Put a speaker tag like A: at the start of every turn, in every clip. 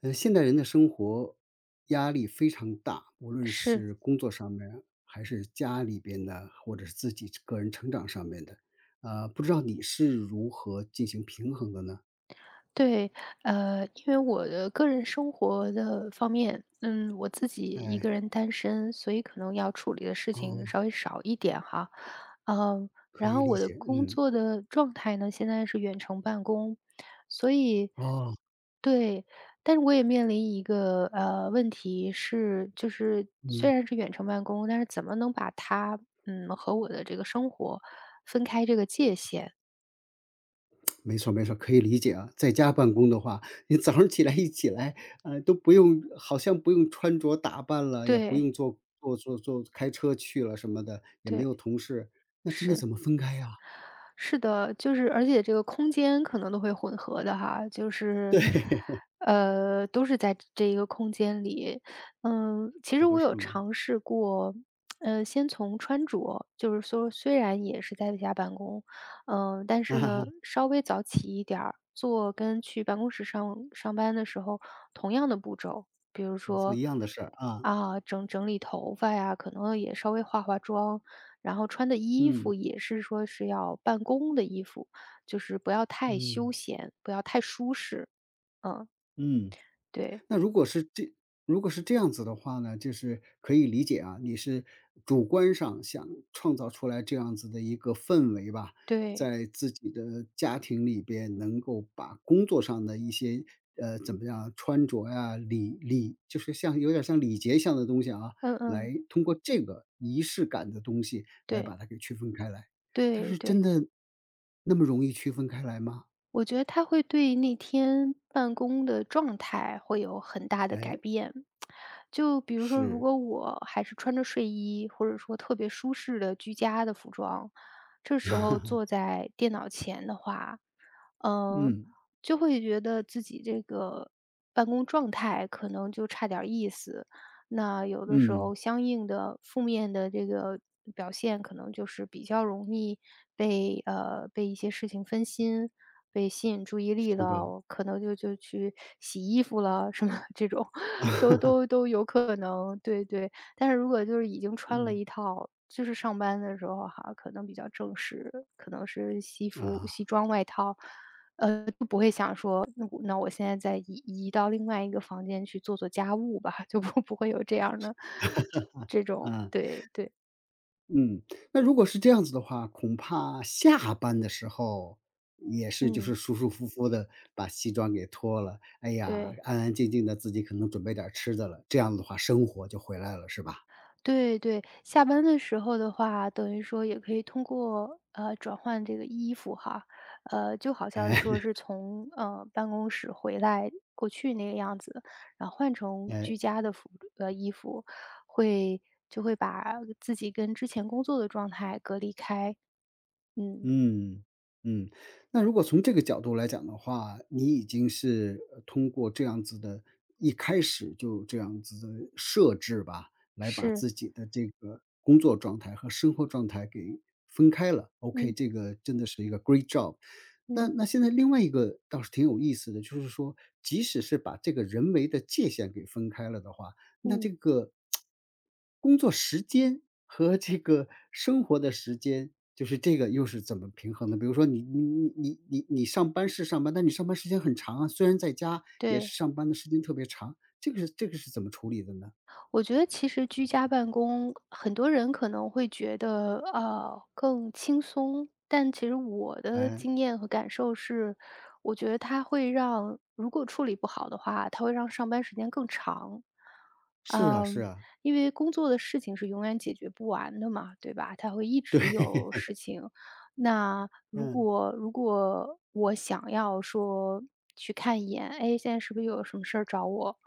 A: 现代人的生活压力非常大，无论
B: 是，
A: 是工作上面，还是家里边的，或者是自己个人成长上面的，不知道你是如何进行平衡的呢？
B: 对，因为我的个人生活的方面，嗯，我自己一
A: 哎。
B: 个人单身，所以可能要处理的事情稍
A: 哦。
B: 微少一点哈。嗯，
A: 可
B: 然
A: 以
B: 后
A: 理
B: 我的
A: 解，
B: 工
A: 嗯。
B: 作的状态呢，现在是远程办公，所以
A: 哦。
B: 对。但是我也面临一个问题是，就是虽
A: 嗯。
B: 然是远程办公，但是怎么能把它嗯和我的这个生活分开这个界限？
A: 没错没错，可以理解啊。在家办公的话，你早上起来一起来，都不用，好像不用穿着打扮了，也不
B: 对
A: 用坐坐坐坐开车去了什么的，也没
B: 对,
A: 有同事，那真的
B: 是。
A: 怎么分开呀？
B: 是的，就是而且这个空间可能都会混合的哈，就 是，
A: 对。
B: 都是在这一个空间里。嗯，其实
A: 可不
B: 我有
A: 是嘛。
B: 尝试过，先从穿着，就是说虽然也是在家办公，嗯、但是呢，稍微早起一点儿，做跟去办公室上班的时候同样的步骤，比如
A: 做一
B: 说
A: 样的事儿啊。
B: 啊，整理头发呀，可能也稍微化妆，然后穿的衣
A: 嗯。
B: 服也是说是要办公的衣服，就是不要太休
A: 嗯。
B: 闲，不要太舒适。嗯，
A: 嗯。
B: 对
A: 那如果是这样子的话呢，就是可以理解啊，你是主观上想创造出来这样子的一个氛围吧，
B: 对，
A: 在自己的家庭里边能够把工作上的一些怎么样穿着呀、就是像有点像礼节像的东西啊，
B: 嗯嗯，
A: 来通过这个仪式感的东西来
B: 对
A: 把它给区分开来。但
B: 对
A: 是真
B: 对，
A: 的那么容易区分开来吗？
B: 我觉得它会对那天办公的状态会有很大的改
A: 哎。
B: 变。就比如说，如
A: 是。
B: 果我还是穿着睡衣，或者说特别舒适的居家的服装，这时候坐在电脑前的话。嗯，
A: 嗯
B: 就会觉得自己这个办公状态可能就差点儿意思。那有的时
A: 嗯。
B: 候相应的负面的这个表现，可能就是比较容易被被一些事情分心，被吸引注意力
A: 是的。
B: 了，可能就去洗衣服了什么 这种，都有可能。对对，但是如果就是已经穿了
A: 嗯。
B: 一套。就是上班的时候哈，可能比较正式，可能是西服、
A: 啊。
B: 西装外套，就不会想说，那我现在再移到另外一个房间去做家务吧，就不会有这样的这种
A: 嗯
B: 对对。
A: 嗯。那如果是这样子的话，恐怕下班的时候也是就是
B: 嗯，
A: 舒舒服服的把西装给脱了，哎呀，
B: 对，
A: 安安静静的自己可能准备点儿吃的了，这样的话生活就回来了，是吧？
B: 对对。下班的时候的话，等于说也可以通过，转换这个衣服哈，就好 像说
A: 哎
B: 是从，办公室回来过去那个样子，然后换成
A: 哎。
B: 居家的衣服，会就会把自己跟之前工作的状态隔离开。嗯，
A: 嗯。嗯。那如果从这个角度来讲的话，你已经是通过这样子的，一开始就这样子的设置吧，来把
B: 是，
A: 自己的这个工作状态和生活状态给分开了。OK，
B: 嗯
A: 这个真的是一个 great job。那
B: 嗯
A: 那现在另外一个倒是挺有意思的，就是说，即使是把这个人为的界限给分开了的话，那这
B: 嗯，
A: 个工作时间和这个生活的时间，就是这个又是怎么平衡的？比如说你上班是上班，但你上班时间很长啊，虽然在家也
B: 对。
A: 是上班的时间特别长，这个是怎么处理的呢？
B: 我觉得其实居家办公，很多人可能会觉得，更轻松，但其实我的
A: 哎。
B: 经验和感受是，我觉得它会让如果处理不好的话，它会让上班时间更长。
A: 是啊是
B: 嗯，
A: 啊。
B: 因为工作的事情是永远解决不完的嘛，对吧？它会一
A: 对。
B: 直有 事情。那如
A: 嗯。
B: 果如果我想要说去看一眼，哎，现在是不是又有什么事儿找我？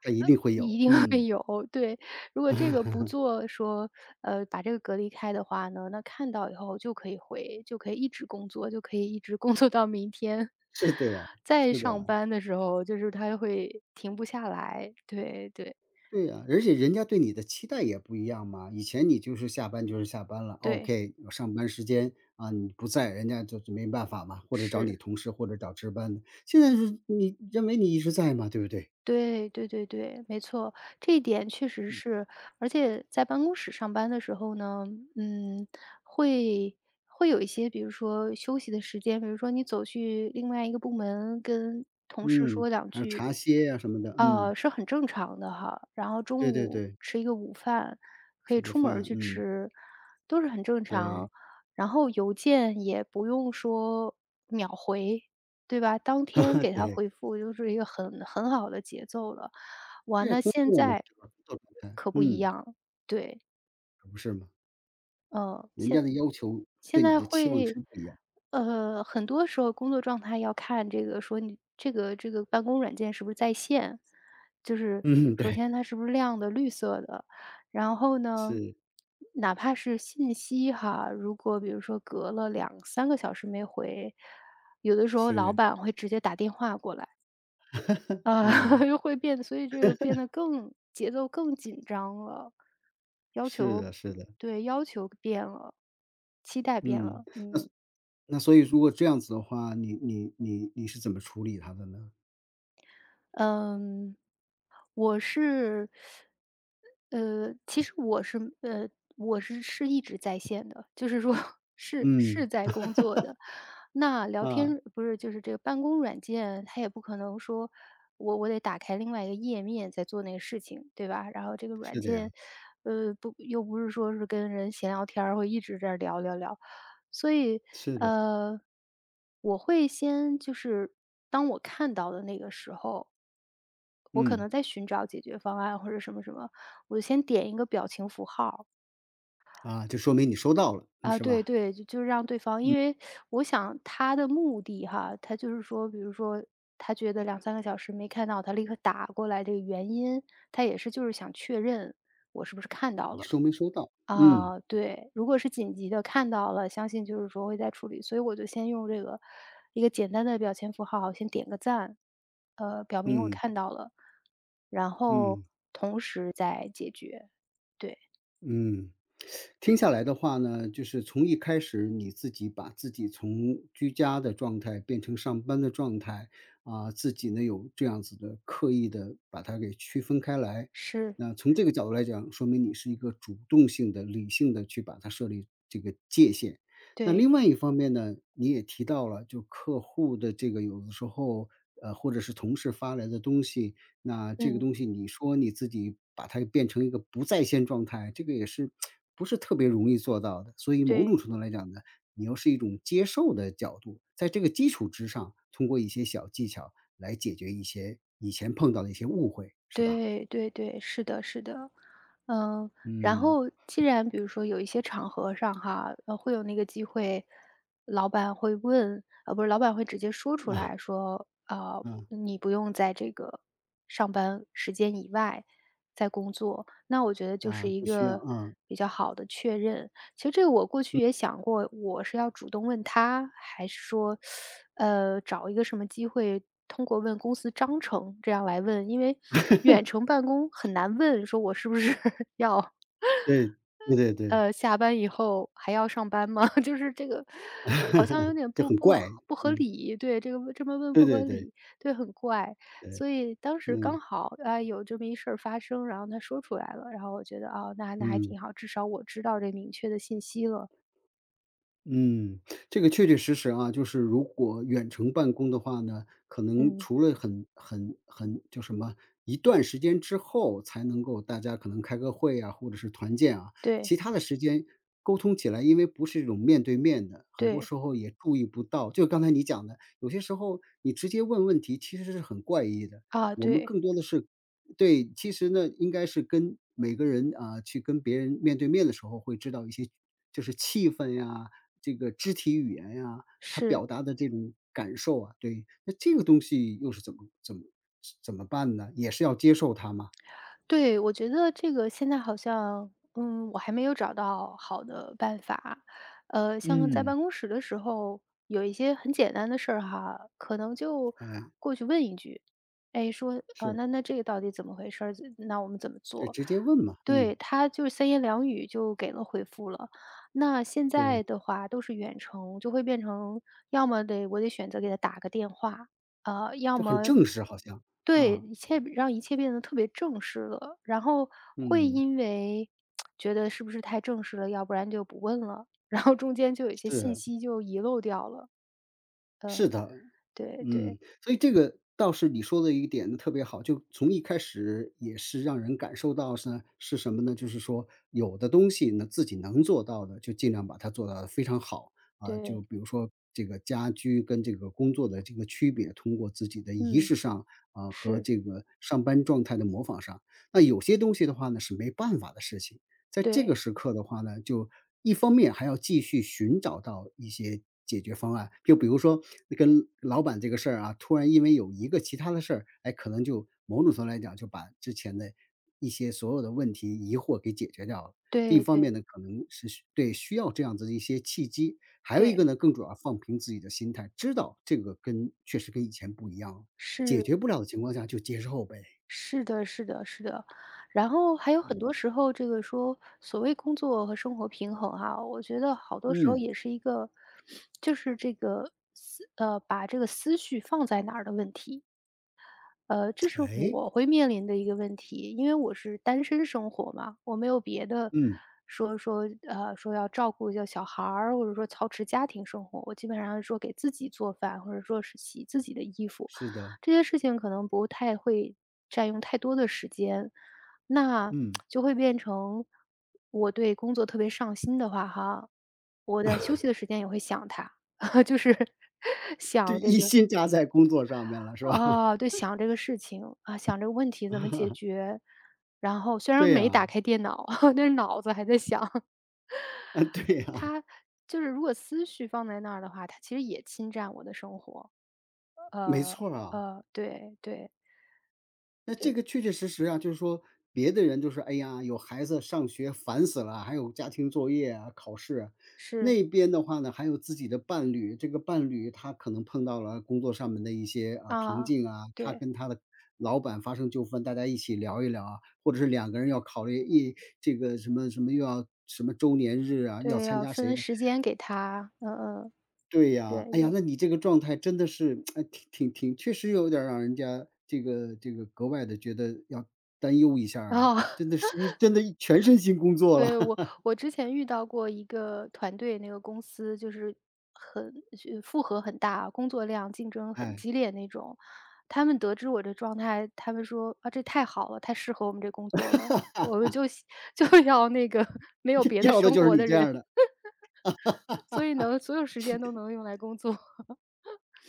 A: 这一定会有。
B: 对，
A: 嗯。
B: 有，对。如果这个不 做说，把这个隔离开的话呢，那看到以后就可以一直工作，就可以一直工作到明天。
A: 是的呀。
B: 再
A: 是的
B: 上
A: 呀。
B: 班的时候，就是他会停不下来。对对
A: 对呀，而且人家对你的期待也不一样嘛。以前你就是下班就是下班了
B: 对，
A: ，OK，我上班时间啊你不在，人家就是没办法嘛，或者找
B: 是。
A: 你同事，或者找值班的。现在是你认为你一直在嘛，对不对？
B: 对对对对，没错，这一点确实是。而且在办公室上班的时候呢，嗯，会会有一些，比如说休息的时间，比如说你走去另外一个部门跟同事
A: 嗯，
B: 说两
A: 还有
B: 句，
A: 茶歇呀、什么的。嗯。
B: 是很正常的哈。然后
A: 对
B: 中
A: 对
B: 午
A: 对。
B: 吃一个午饭，可
A: 吃
B: 以
A: 个
B: 出门儿
A: 饭。
B: 去
A: 嗯。
B: 吃，都是很正
A: 对。
B: 常。然后邮件也不用说秒回，对吧？当
A: 哈
B: 天
A: 哈。
B: 给他
A: 对。
B: 回复就是一个很好的节奏了。哇，
A: 对，也
B: 那
A: 工
B: 现
A: 作嘛，
B: 在
A: 对吧？工作状态。
B: 可不一
A: 嗯。
B: 样，对。
A: 可不是嘛。
B: 呃，
A: 人
B: 现
A: 家的要求对
B: 现
A: 你
B: 在
A: 的期望
B: 会
A: 值不一样。
B: 很多时候工作状态要看这个说你这个办公软件是不是在线，就 是
A: 嗯。
B: 首
A: 对。
B: 先它是不是亮的、绿色的。然后呢，
A: 是
B: 哪怕是信息哈，如果比如说隔了两三个小时没回，有的时候老
A: 是。
B: 板会直接打电话过来。啊，
A: 嗯。
B: 又会变所以这个变得更节奏更紧张了，要
A: 是
B: 求
A: 的。是的。
B: 对，要求变了，期待变
A: 嗯。
B: 了，
A: 那
B: 嗯。
A: 那所以如果这样子的话，你是怎么处理它的呢？
B: 嗯，我是其实我是我是一直在线的，就是说 是
A: 嗯。
B: 是在工作的，那聊
A: 啊。
B: 天不是就是这个办公软件，它也不可能说我得打开另外一个页面再做那个事情，对吧？然后这个软
A: 是的呀。
B: 件，不是说是跟人闲聊天儿会一直这儿聊，所以
A: 是的。
B: 呃，我会先就是当我看到的那个时候，我可
A: 嗯。
B: 能在寻找解决方案或者什么，我先点一个表情符号，
A: 啊，就说明你收到了。嗯
B: 啊，
A: 是
B: 对
A: 吧？
B: 对，就让对方因为我想他的目的哈，他就是说，比如说他觉得两三个小时没看到，他立刻打过来这个原因，他也是就是想确认我是不是看到
A: 你
B: 了。
A: 收没收到？嗯。
B: 啊，对，如果是紧急的看到了，相信就是说会再处理，所以我就先用这个一个简单的表情符号先点个赞，表明我
A: 嗯。
B: 看到了，然后
A: 嗯。
B: 同时再解决。对，
A: 嗯，听下来的话呢，就是从一开始你自己把自己从居家的状态变成上班的状态，啊，自己呢有这样子的刻意的把它给区分开来。
B: 是。
A: 那从这个角度来讲，说明你是一个主动性的、理性的去把它设立这个界限。那
B: 对，
A: 另外一方面呢，你也提到了，就客户的这个有的时候，或者是同事发来的东西，那这个
B: 嗯，
A: 东西你说你自己把它变成一个不在线状态，这个也是不是特别容易做到的。所以某种
B: 对。
A: 程度来讲呢，你要是一种接受的角度，在这个基础之上，通过一些小技巧来解决一些以前碰到的一些误会，是吧？
B: 对对对，是的，是的，嗯，然
A: 嗯。
B: 后既然比如说有一些场合上哈，会有那个机会，老板会问，呃，不是，老板会直接说出来说，啊、
A: 嗯。
B: 你不用在这个上班时间以外在工作，那我觉得就是
A: 啊，
B: 一
A: 不需要
B: 个
A: 啊。
B: 比较好的确认。其实这个我过去也想过，我是要主动问他，还是说，找一个什么机会，通过问公司章程这样来问，因为远程 办公很难问，说我是不是 要。
A: 对。对对对。
B: 呃，下班以后还要上班吗？就是这个好像有点
A: 就很怪。
B: 不合
A: 嗯。
B: 理，对，这个这么问
A: 对
B: 不合
A: 对对
B: 理，对，很怪。
A: 对。
B: 所以当时刚
A: 嗯。
B: 好，啊，有这么一事儿发生，然后他说出来了，然后我觉得，哦，那还
A: 嗯。
B: 挺好，至少我知道这明确的信息了。
A: 嗯，这个确确实实啊，就是如果远程办公的话呢，可能
B: 嗯，
A: 除了很就什么一段时间之后才能够大家可能开个会啊，或者是团建啊，其
B: 对，
A: 他的时间沟通起来，因为不是这种面对面的，很多
B: 对，
A: 时候也注意不到。就刚才你讲的，有些时候你直接问问题其实是很怪异的，
B: 啊，
A: 我们
B: 对，
A: 更多的是。对，其实呢，应该是跟每个人啊，去跟别人面对面的时候，会知道一些就是气氛呀、这个肢体语言呀，他
B: 是。
A: 表达的这种感受啊。对，那这个东西又是怎么办呢？也是要接受它吗？
B: 对，我觉得这个现在好像，嗯，我还没有找到好的办法。像在
A: 嗯。
B: 办公室的时候，有一些很简单的事儿哈，可能就
A: 哎。
B: 过去问一句，哎，说，
A: 是。
B: 那这个到底怎么回事儿？那我们怎么
A: 对，
B: 做？
A: 直接问嘛。嗯。
B: 对，他就是三言两语就给了回复了。那现
A: 对，
B: 在的话都是远程，就会变成要么我得选择给他打个电话，要
A: 就很
B: 么
A: 正式好像。
B: 对，
A: 啊。
B: 让一切变得特别正式了，然后会
A: 嗯。
B: 因为觉得是不是太正式了，要不然就不问了，然后中间就有一些信
A: 是。
B: 息就遗漏掉了。
A: 是的。
B: 对
A: 嗯，
B: 对
A: 所以这个倒是你说的一点特别好，就从一开始也是让人感受到是什么呢？就是说有的东西呢，自己能做到的，就尽量把它做到得非常好啊。就
B: 对，
A: 比如说这个家居跟这个工作的这个区别，通过自己的仪
B: 嗯，
A: 式上啊和
B: 是，
A: 这个上班状态的模仿上，那有些东西的话呢是没办法的事情。在这个
B: 对，
A: 时刻的话呢，就一方面还要继续寻找到一些解决方案，就比如说跟老板这个事儿啊，突然因为有一个其他的事儿，哎，可能就某种程度来讲，就把之前的一些所有的问题、疑惑给解决掉了。这一
B: 对
A: 方
B: 对
A: 面呢，可能是需要这样子的一些契机；还有一个
B: 对，
A: 呢，更主要放平自己的心态，知道这个确实跟以前不一样了，解
B: 是。
A: 决不了的情况下就接受呗。
B: 是的，是的，是的。然后还有很多时候，这个说所谓工作和生活平衡哈，我觉得好多时候
A: 嗯。
B: 也是一个，就是这个思呃，把这个思绪放在哪儿的问题。这是
A: 哎。
B: 我会面临的一个问题，因为我是单身生活嘛，我没有别的
A: 嗯。
B: 说要照顾一下小孩儿，或者说操持家庭生活，我基本上说给自己做饭，或者说是洗自己的衣服，
A: 是的。
B: 这些事情可能不太会占用太多的时间，那
A: 嗯。
B: 就会变成我对工作特别上心的话，哈，我的休息的时间也会想他，就是
A: 就
B: 想这
A: 一
B: 个
A: 心加在工作上面了，是吧？
B: 哦，对，想这个事情，啊，想这个问题怎么解决，然后虽然
A: 对
B: 没
A: 呀。
B: 打开电脑，但是脑子还在想。
A: 啊。对呀。
B: 他就是如果思绪放在那儿的话，他其实也侵占我的生活。
A: 没
B: 呃，
A: 错儿啊。
B: 对，对，
A: 那这
B: 对，
A: 个确确实实啊，就是说别的人就是，哎呀，有孩子上学烦死了，还有家庭作业啊、考试啊
B: 是，
A: 那边的话呢，还有自己的伴侣，这个伴侣他可能碰到了工作上面的一些，啊，瓶
B: 啊，
A: 颈啊，他
B: 对，
A: 跟他的老板发生纠纷，大家一起聊一聊啊，或者是两个人要考虑这个什么什么又要什么周年日啊，要
B: 对，
A: 参
B: 要
A: 加谁
B: 分
A: 的。
B: 时间给他。嗯嗯，
A: 对
B: 对，
A: 呀，哎呀，
B: 对，
A: 那你这个状态真的是，哎，挺，确实有点儿让人家这个格外的觉得要担忧一下儿
B: 然
A: 啊，
B: 后。
A: 真的是真的全身心工作了。
B: 对，我 我之前遇到过一个团队，那个公司就是很负荷很大，工作量竞争很
A: 哎。
B: 激烈那种。他们得知我这状态，他们说：“啊，这太好了，太适合我们这工作了，我们就喜 就要那个 没有 别的
A: 要的
B: 生
A: 就是
B: 活
A: 你
B: 的
A: 这
B: 人，
A: 样的。
B: 所以能所有时间都能用来工作。”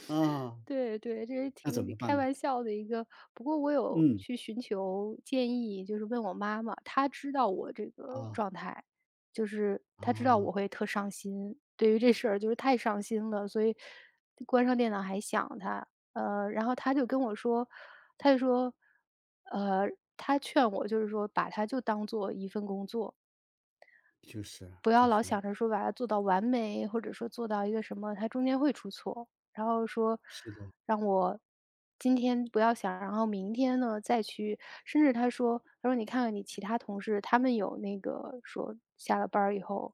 A: 啊。
B: 对对，这是
A: 那怎
B: 挺
A: 么办
B: 开
A: 呢？
B: 玩笑的一个，不过我有
A: 嗯。
B: 去寻求建议，就是问我妈妈，她知道我这个
A: 啊。
B: 状态，就是她知道
A: 啊。
B: 我会特伤心，对于这事儿就是太伤心了，所以关上电脑还想她，然后她就跟我说，她就说，呃，她劝我就是说把它就当做一份工作，
A: 就是啊
B: 不要
A: 就
B: 老
A: 是。
B: 想着说把它做到完美，或者说做到一个什么，它中间会出错。然后说
A: 是的。
B: 让我今天不要想，然后明天呢再去，甚至他说，他说你看看你其他同事，他们有那个说下了班儿以后，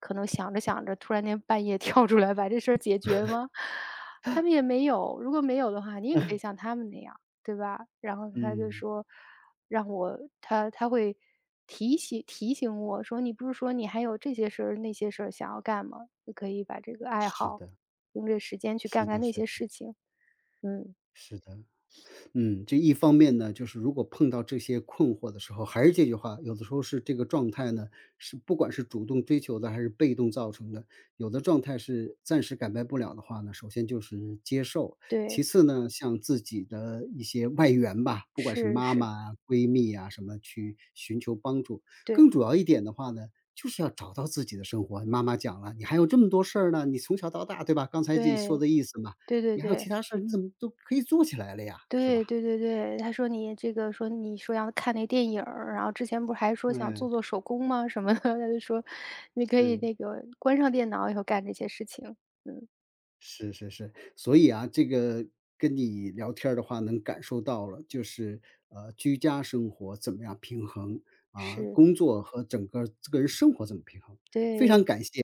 B: 可能想着想着，突然间半夜 跳出来把这事儿解决吗？他们也没有，如果没有的话，你也可以像他们那样，对吧？然后他就
A: 嗯。
B: 说，让我他他会提醒我说：“你不是说你还有这些事儿、那些事儿想要干吗？就可以把这个爱
A: 是
B: 好，
A: 的。
B: 用这时间去
A: 是
B: 干
A: 的
B: 那
A: 是
B: 些
A: 的。
B: 事情。”嗯，
A: 是的。嗯，这一方面呢，就是如果碰到这些困惑的时候，还是这句话，有的时候是这个状态呢，是不管是主动追求的还是被动造成的，有的状态是暂时改变不了的话呢，首先就是接受，其
B: 对，
A: 次呢，向自己的一些外援吧，不管是
B: 是
A: 妈妈
B: 是，
A: 啊、闺蜜啊什么，去寻求帮助。
B: 对
A: 更主要一点的话呢，就是要找到自己的生活。妈妈讲了，你还有这么多事儿呢，你从小到大，对吧？刚才自己说
B: 对
A: 的意思嘛，
B: 对对
A: 你还有其
B: 对。
A: 他事儿，你怎么都可以做起来了呀，是吧？
B: 对对对对，他说你这个说你说要看那电影儿，然后之前不是还说想
A: 嗯。
B: 做手工吗什么的，他就说你可以那个关上电脑以后干这些事情。嗯，
A: 是是是是，所以啊，这个跟你聊天儿的话，能感受到了，就是居家生活怎么样平衡啊，
B: 是，
A: 工作和整个这个人生活怎么平衡，非常
B: 对，
A: 感谢，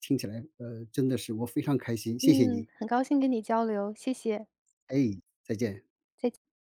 A: 听起来真的是我非常开心，谢谢
B: 嗯，
A: 你。
B: 很高兴跟你交流，谢谢。
A: 哎。再见。